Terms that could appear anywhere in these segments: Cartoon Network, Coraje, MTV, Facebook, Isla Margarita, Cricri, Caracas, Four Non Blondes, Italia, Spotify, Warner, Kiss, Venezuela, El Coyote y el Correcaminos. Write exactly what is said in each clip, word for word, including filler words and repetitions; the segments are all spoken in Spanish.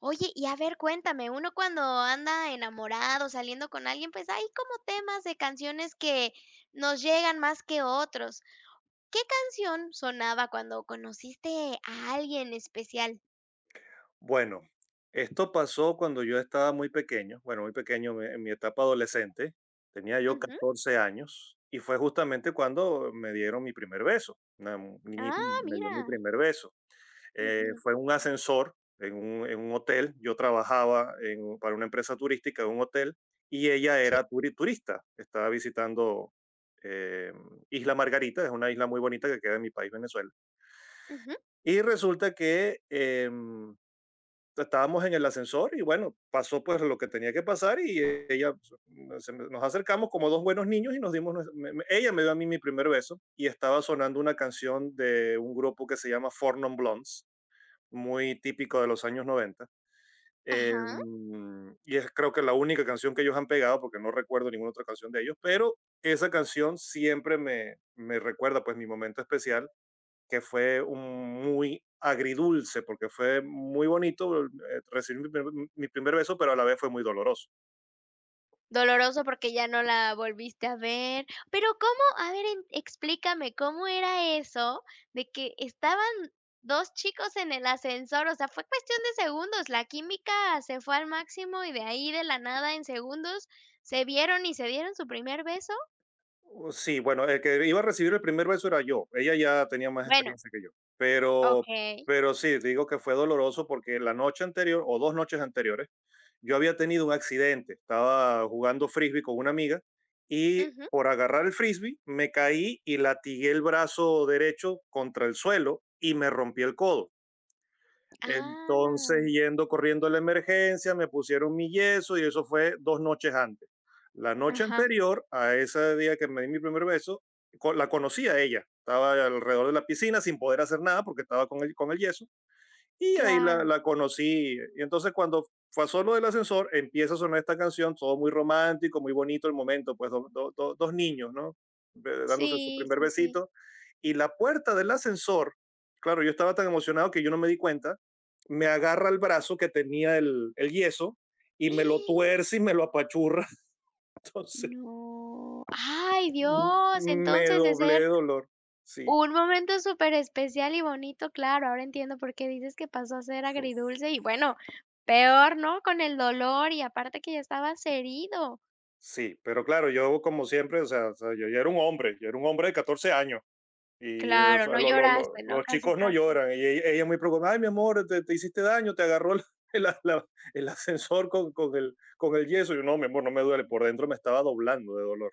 Oye, y a ver, cuéntame, uno cuando anda enamorado, saliendo con alguien, pues hay como temas de canciones que nos llegan más que otros. ¿Qué canción sonaba cuando conociste a alguien especial? Bueno, esto pasó cuando yo estaba muy pequeño, bueno, muy pequeño, me- en mi etapa adolescente, tenía yo Ujú. catorce años y fue justamente cuando me dieron mi primer beso. Una mu- niñita Ah, me dio mi mira. primer beso. Eh, Ujú. Fue un ascensor en un, en un hotel, yo trabajaba en un- para una empresa turística en un hotel y ella Sí. era turi- turista, estaba visitando eh, Isla Margarita, es una isla muy bonita que queda en mi país, Venezuela. Ujú. Y resulta que... em, estábamos en el ascensor y bueno, pasó pues lo que tenía que pasar y ella pues, mm, se- nos acercamos como dos buenos niños y nos dimos, nues- me- me- ella me dio a mí mi primer beso y estaba sonando una canción de un grupo que se llama Four Non Blondes, muy típico de los años noventa Ajá. em, y es creo que la única canción que ellos han pegado porque no recuerdo ninguna otra canción de ellos, pero esa canción siempre me, me recuerda pues mi momento especial que fue un muy agridulce, porque fue muy bonito eh, recibir mi, prim- mi primer beso, pero a la vez fue muy doloroso. Doloroso porque ya no la volviste a ver. Pero, ¿cómo? A ver, en explícame, ¿cómo era eso de que estaban dos chicos en el ascensor? O sea, fue cuestión de segundos, la química se fue al máximo y de ahí de la nada en segundos se vieron y se dieron su primer beso. Uh, Sí, bueno, el que iba a recibir el primer beso era yo. Ella ya tenía más Bueno, experiencia que yo. Pero, okey. pero sí, digo que fue doloroso porque la noche anterior o dos noches anteriores, yo había tenido un accidente. Estaba jugando frisbee con una amiga y Ujú. por agarrar el frisbee me caí y latigué el brazo derecho contra el suelo y me rompí el codo. Entonces, Ah, yendo corriendo a la emergencia, me pusieron mi yeso y eso fue dos noches antes. La noche ajá, anterior a ese día que me di mi primer beso, co- la conocí a ella. Estaba alrededor de la piscina sin poder hacer nada porque estaba con el, con el yeso y ahí la, claro. la conocí. Y entonces cuando pasó lo del ascensor, empieza a sonar esta canción, todo muy romántico, muy bonito el momento, pues do- do- do- dos niños, ¿no? Be- Dándose su Sí, primer sí, sí. besito. Y la puerta del ascensor, claro, yo estaba tan emocionado que yo no me di cuenta, me agarra el brazo que tenía el, el yeso y me lo ¡Ah! tuerce y me lo apachurra. Entonces, No. Ay, m- Dios, me entonces de doblé ser de dolor. Sí, un momento súper especial y bonito, claro, ahora entiendo por qué dices que pasó a ser fu- agridulce y bueno, peor, ¿no? Con el dolor y aparte que ya estabas herido. sí, pero claro, yo como siempre, o sea, o sea, yo ya era un hombre, yo era un hombre de catorce años. Y o Claro, sea, no lo- lo- lo- lloraste, ¿no? los Casi, chicos no casi. lloran. Y ella, ella muy preocupada, ay, mi amor, te, te hiciste daño, te agarró la- la- la- el ascensor con, con, el, con el yeso. Y yo, no, mi amor, no me duele, por dentro me estaba doblando de dolor.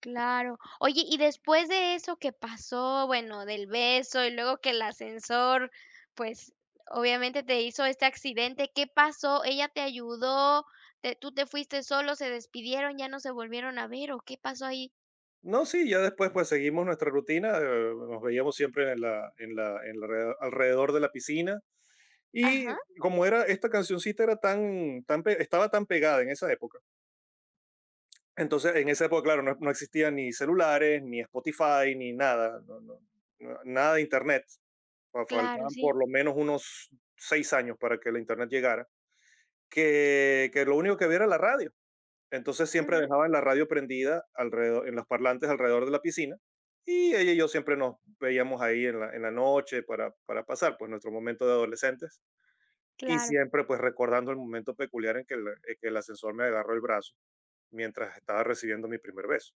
Claro. Oye, y después de eso que pasó, bueno, del beso y luego que el ascensor, pues obviamente te hizo este accidente, ¿qué pasó? ¿Ella te ayudó? ¿Te- ¿tú te fuiste solo? ¿Se despidieron? ¿Ya no se volvieron a ver? ¿O qué pasó ahí? No, sí, ya después pues seguimos nuestra rutina, eh, nos veíamos siempre en la, en la, en la alre- alrededor de la piscina. Y Ajá, como era, esta cancioncita era tan, tan pe- estaba tan pegada en esa época. Entonces, en esa época, claro, no, no existían ni celulares, ni Spotify, ni nada, no- no- no- nada de internet. Fa- claro, faltaban sí. por lo menos unos seis años para que la internet llegara, que, que lo único que había era la radio. Entonces siempre Ujú, dejaban la radio prendida alrededor, en los parlantes alrededor de la piscina y ella y yo siempre nos veíamos ahí en la, en la noche para, para pasar pues nuestro momento de adolescentes y claro. siempre pues recordando el momento peculiar en que el, en que el ascensor me agarró el brazo mientras estaba recibiendo mi primer beso.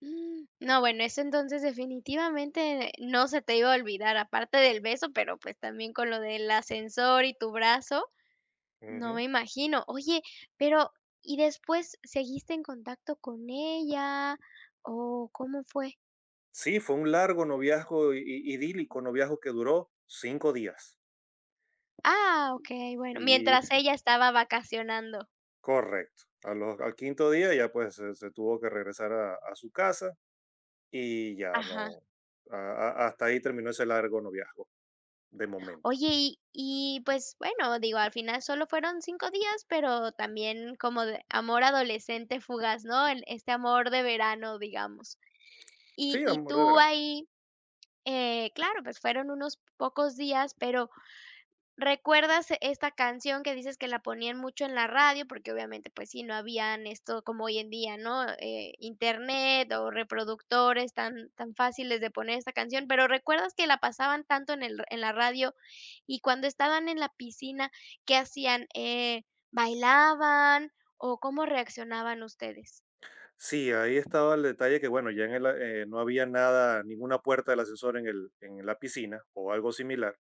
Mm, no, bueno, eso entonces definitivamente no se te iba a olvidar, aparte del beso, pero, pues, también con lo del ascensor y tu brazo, no me Ujú. imagino. Oye, pero, ¿y después seguiste en contacto con ella o cómo fue? Sí, fue un largo noviazgo i- i- idílico, noviazgo que duró cinco días. Ah, okey, bueno, Y mientras ella estaba vacacionando. Correcto. A los, al quinto día ya pues se, se tuvo que regresar a, a su casa y ya Ajá. no, a- a- hasta ahí terminó ese largo noviazgo, de momento. Oye, y y, pues, bueno, digo, al final solo fueron cinco días, pero también como de amor adolescente fugaz, ¿no? El este amor de verano, digamos. Y Sí, y amor de tú verano. ahí, eh, claro, pues fueron unos pocos días, pero, ¿recuerdas esta canción que dices que la ponían mucho en la radio? Porque obviamente, pues sí, no habían esto como hoy en día, ¿no? Eh, ¿internet o reproductores tan tan fáciles de poner esta canción, pero, ¿recuerdas que la pasaban tanto en el en la radio? Y cuando estaban en la piscina, ¿qué hacían? Eh, ¿bailaban o cómo reaccionaban ustedes? Sí, ahí estaba el detalle que, bueno, ya en el, eh, no había nada, ninguna puerta del ascensor en, el, en la piscina o algo similar.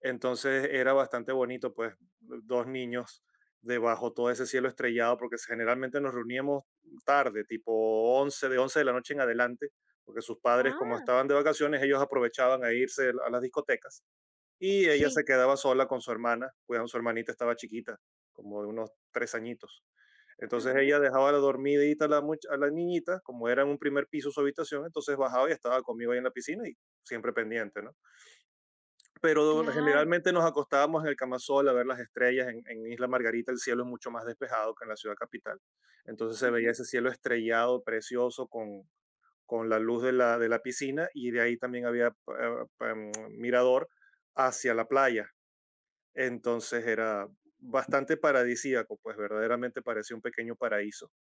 Entonces era bastante bonito, pues, dos niños debajo todo ese cielo estrellado, porque generalmente nos reuníamos tarde, tipo once de once de la noche en adelante, porque sus padres, como Ah. estaban de vacaciones, ellos aprovechaban a irse a las discotecas. Y ella Sí. se quedaba sola con su hermana, pues su hermanita estaba chiquita, como de unos tres añitos. Entonces Ujú, ella dejaba la dormidita a la, much- a la niñita, como era en un primer piso su habitación, entonces bajaba y estaba conmigo ahí en la piscina y siempre pendiente, ¿no? Pero claro. generalmente nos acostábamos en el camasol a ver las estrellas. En, en Isla Margarita el cielo es mucho más despejado que en la ciudad capital. Entonces se veía Ujú. ese cielo estrellado, precioso, con, con la luz de la, de la piscina y de ahí también había eh, pa- em, mirador hacia la playa. Entonces era bastante paradisíaco, pues verdaderamente parecía un pequeño paraíso.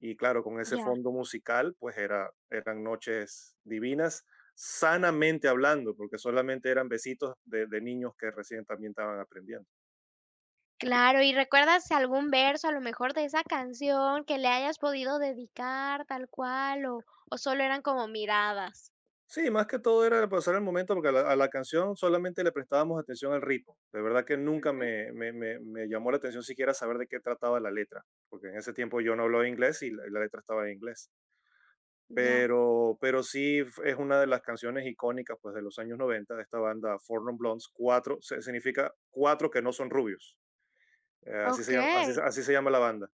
Y claro, con ese Ya. fondo musical, pues era, eran noches divinas, sanamente hablando, porque solamente eran besitos de, de niños que recién también estaban aprendiendo. Claro, ¿y recuerdas algún verso, a lo mejor, de esa canción que le hayas podido dedicar tal cual, o o solo eran como miradas? Sí, más que todo era pasar el momento, porque a la, a la canción solamente le prestábamos atención al ritmo. De verdad que nunca Ujú. me, me- me- me llamó la atención siquiera saber de qué trataba la letra, porque en ese tiempo yo no hablaba inglés y la, la letra estaba en inglés. Ya, Pero, pero sí es una de las canciones icónicas pues, de los años noventa de esta banda Four Non Blondes, cuatro, se- significa cuatro que no son rubios, eh, así, se llama, así, se- okey, así se llama la banda.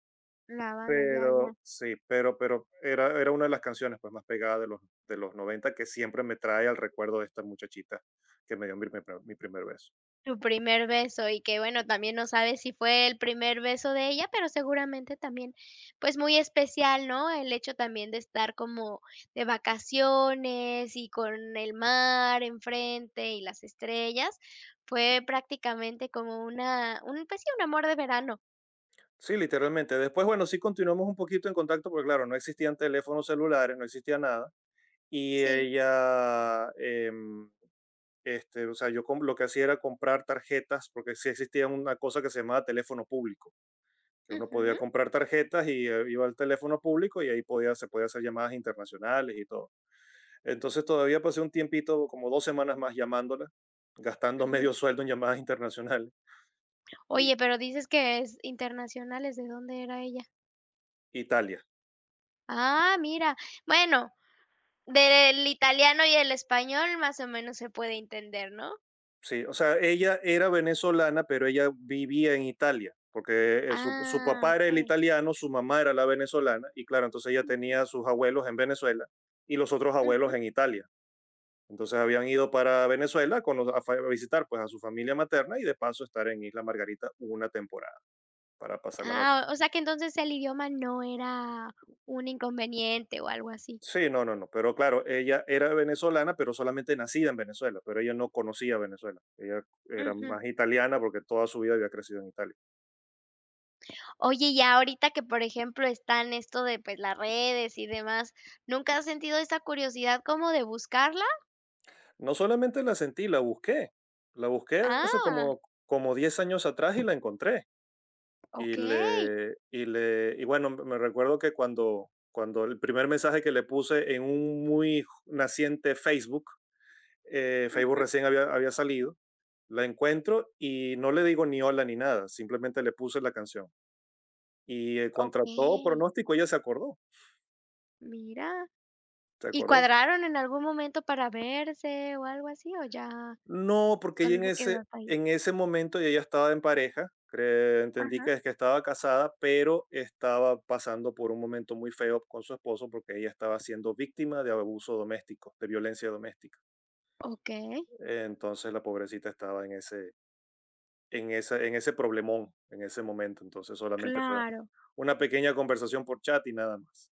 la banda, ya, ya. Pero sí, pero, pero era, era una de las canciones pues, más pegadas de los, de los noventa que siempre me trae al recuerdo de esta muchachita que me dio mi, primer- mi primer beso. Tu primer beso, y que, bueno, también no sabes si fue el primer beso de ella, pero seguramente también, pues, muy especial, ¿no? El hecho también de estar como de vacaciones y con el mar enfrente y las estrellas, fue prácticamente como una un, pues sí, un amor de verano. Sí, literalmente. Después, bueno, sí continuamos un poquito en contacto porque, claro, no existían teléfonos celulares, no existía nada. Y Sí. ella, em, este, o sea, yo com- lo que hacía era comprar tarjetas, porque sí existía una cosa que se llamaba teléfono público, que uno podía Ujú, comprar tarjetas y eh, iba al teléfono público y ahí podía, se podía hacer llamadas internacionales y todo. Entonces todavía pasé un tiempito, como dos semanas más llamándola, gastando ujú. medio sueldo en llamadas internacionales. Y Oye, pero dices que es internacionales, ¿de dónde era ella? Italia. Ah, mira. Bueno, del italiano y el español más o menos se puede entender, ¿no? Sí, o sea, ella era venezolana, pero ella vivía en Italia, porque eh, su, su Ah, papá era el okey. italiano, su mamá era la venezolana, y claro, entonces ella Mm, tenía sus abuelos en Venezuela y los otros abuelos ujú. en Italia. Entonces habían ido para Venezuela con los- a, fa- a visitar pues a su familia materna y de paso estar en Isla Margarita una temporada para pasar las Ah, vacaciones. o sea, que entonces el idioma no era un inconveniente o algo así. Sí, no, no, no, pero claro, ella era venezolana, pero solamente nacida en Venezuela, pero ella no conocía Venezuela. Ella era Ujú. más italiana porque toda su vida había crecido en Italia. Oye, y ahorita que, por ejemplo, están esto de, pues, las redes y demás, ¿nunca has sentido esa curiosidad como de buscarla? No solamente la sentí, la busqué. La busqué hace Ah, como, como diez años atrás y la encontré. Y, okey. le, y, le, y bueno, me recuerdo que cuando, cuando el primer mensaje que le puse en un muy naciente Facebook, eh, Facebook recién había, había salido, la encuentro y no le digo ni hola ni nada, simplemente le puse la canción. Y eh, contra todo Okey, pronóstico ella se acordó, mira, se ¿y acordó. cuadraron en algún momento para verse o algo así, o ya No, porque ella solo en se quedó ese, hasta ahí? en ese momento ella ya estaba en pareja, cre- entendí Ajá, que es que estaba casada, pero estaba pasando por un momento muy feo con su esposo porque ella estaba siendo víctima de abuso doméstico, de violencia doméstica. okey, Entonces la pobrecita estaba en ese, en esa, en ese problemón en ese momento. Entonces solamente fue claro. una pequeña conversación por chat y nada más.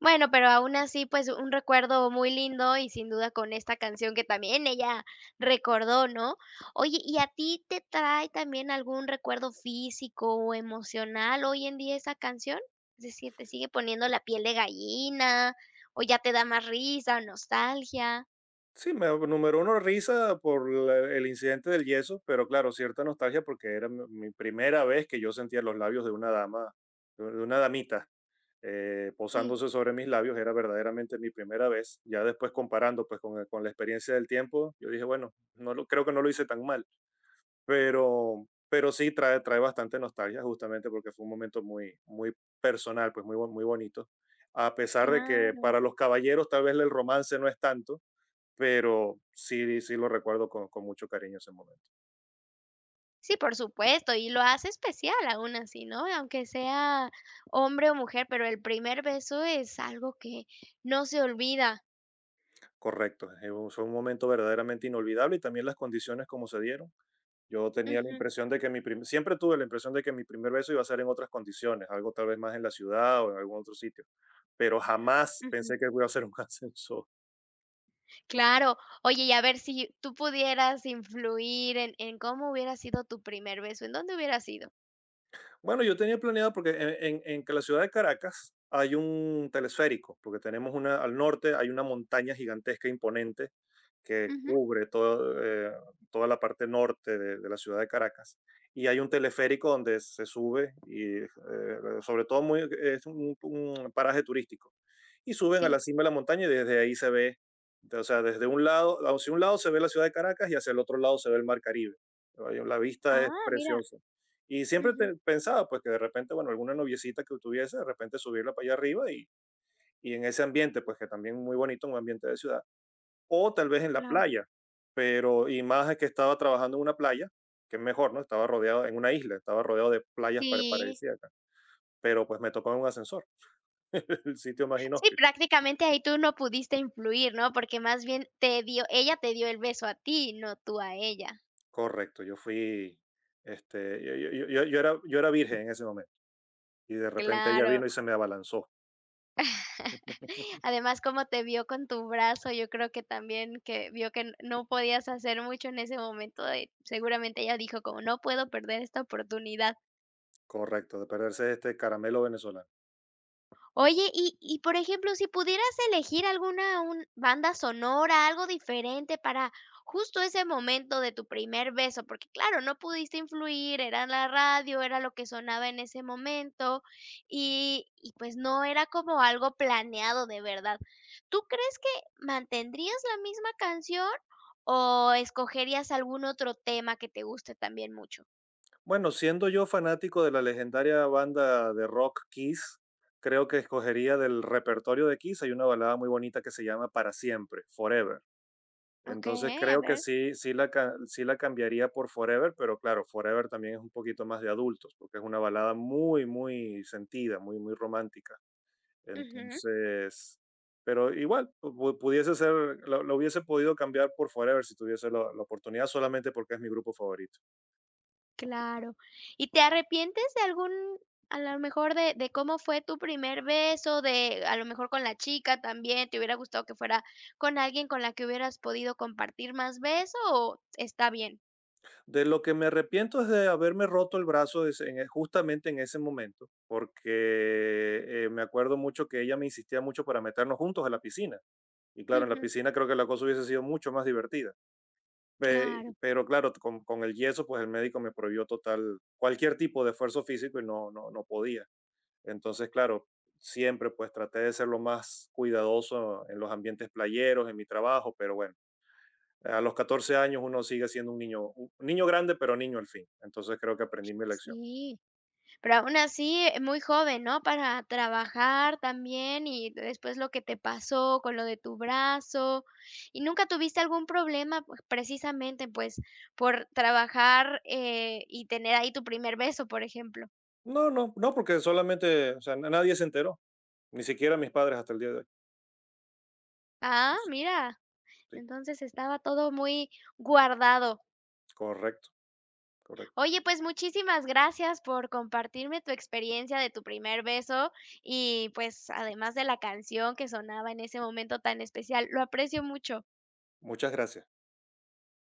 Bueno, pero aún así, pues, un recuerdo muy lindo y sin duda con esta canción que también ella recordó, ¿no? Oye, ¿y a ti te trae también algún recuerdo físico o emocional hoy en día esa canción? Es decir, ¿te sigue poniendo la piel de gallina, o ya te da más risa o nostalgia? Sí, me- número uno, risa por la- el incidente del yeso, pero claro, cierta nostalgia porque era mi mi primera vez que yo sentía los labios de una dama, de una damita, eh, Sí, posándose sobre mis labios, era verdaderamente mi primera vez. Ya después comparando pues con, el- con la experiencia del tiempo, yo dije, bueno, no lo, creo que no lo hice tan mal, pero, pero sí trae, trae bastante nostalgia justamente porque fue un momento muy, muy personal, pues muy, bo- muy bonito. A pesar de que claro. para los caballeros tal vez el romance no es tanto, pero sí, sí lo recuerdo con, con mucho cariño ese momento. Sí, por supuesto, y lo hace especial aún así, ¿no? Aunque sea hombre o mujer, pero el primer beso es algo que no se olvida. Correcto, eh, un- fue un momento verdaderamente inolvidable y también las condiciones como se dieron. Yo tenía la Ujú, impresión de que mi primer, siempre tuve la impresión de que mi primer beso iba a ser en otras condiciones, algo tal vez más en la ciudad o en algún otro sitio, pero jamás ujú. pensé que iba a ser un ascensor. Claro. Oye, y a ver si tú pudieras influir en en cómo hubiera sido tu primer beso, ¿en dónde hubiera sido? Bueno, yo tenía planeado porque en, en- en que la ciudad de Caracas hay un telesférico, porque tenemos una, al norte hay una montaña gigantesca imponente que Ujú, cubre todo, eh, toda la parte norte de, de la ciudad de Caracas. Y hay un teleférico donde se sube y eh, sobre todo muy, es un, un paraje turístico. Y suben a la sí. cima de la montaña y desde ahí se ve, de- o sea, desde un lado, hacia un lado se ve la ciudad de Caracas y hacia el otro lado se ve el mar Caribe. La vista es Ah, mira. preciosa. Y siempre Ujú, te- pensaba, pues, que de repente, bueno, alguna noviecita que tuviese, de repente subirla para allá arriba y, y en ese ambiente, pues, que también muy bonito, un ambiente de ciudad. O tal vez en la claro. playa, pero, y más es que estaba trabajando en una playa, que es mejor, ¿no? Estaba rodeado, en una isla, estaba rodeado de playas pare- Sí. paradisíacas. Pero, pues, me tocó en un ascensor, el sitio más Sí, inhóspito. prácticamente ahí tú no pudiste influir, ¿no? Porque más bien te dio ella te dio el beso a ti, no tú a ella. Correcto, yo fui, este, yo, yo- yo- yo- yo era, yo era virgen en ese momento. Y de repente ella Claro. vino y se me abalanzó. Además, como te vio con tu brazo, yo creo que también que vio que n- no podías hacer mucho en ese momento, eh, seguramente ella dijo como: "No puedo perder esta oportunidad". Correcto, de perderse este caramelo venezolano. Oye, y y, por ejemplo, si pudieras elegir alguna un banda sonora, algo diferente para justo ese momento de tu primer beso, porque claro, no pudiste influir, era la radio, era lo que sonaba en ese momento, y y pues no era como algo planeado de verdad. ¿Tú crees que mantendrías la misma canción o escogerías algún otro tema que te guste también mucho? Bueno, siendo yo fanático de la legendaria banda de rock Kiss, creo que escogería del repertorio de Kiss. Hay una balada muy bonita que se llama Para siempre, Forever. Entonces Okey, a creo que ver. sí, sí la, ca- sí la cambiaría por Forever, pero claro, Forever también es un poquito más de adultos, porque es una balada muy, muy sentida, muy, muy romántica. Ujú. Entonces, pero igual, pu- pu- pudiese ser, lo, lo hubiese podido cambiar por Forever si tuviese la la oportunidad solamente porque es mi grupo favorito. Claro. ¿Y te arrepientes de algún a lo mejor de de cómo fue tu primer beso, de a lo mejor con la chica también, te hubiera gustado que fuera con alguien con la que hubieras podido compartir más beso o está bien? De lo que me arrepiento es de haberme roto el brazo es- en- justamente en ese momento, porque eh, me acuerdo mucho que ella me insistía mucho para meternos juntos a la piscina. Y claro, en la Ujú, piscina creo que la cosa hubiese sido mucho más divertida. Pe- claro, Pero claro, con, con el yeso, pues el médico me prohibió total cualquier tipo de esfuerzo físico y no, no, no podía. Entonces, claro, siempre pues traté de ser lo más cuidadoso en los ambientes playeros, en mi trabajo, pero bueno. A los catorce años uno sigue siendo un niño, un niño grande, pero niño al fin. Entonces creo que aprendí mi lección. sí. Pero aún así, eh, muy joven, ¿no? Para trabajar también y después lo que te pasó con lo de tu brazo. ¿Y nunca tuviste algún problema, pues, precisamente, pues, por trabajar, eh, y tener ahí tu primer beso, por ejemplo? No, no, no, porque solamente, o sea, na- nadie se enteró, ni siquiera mis padres hasta el día de hoy. Ah, Pues, mira, sí, entonces estaba todo muy guardado. correcto, correcto. Oye, pues, muchísimas gracias por compartirme tu experiencia de tu primer beso y, pues, además de la canción que sonaba en ese momento tan especial. Lo aprecio mucho. Muchas gracias.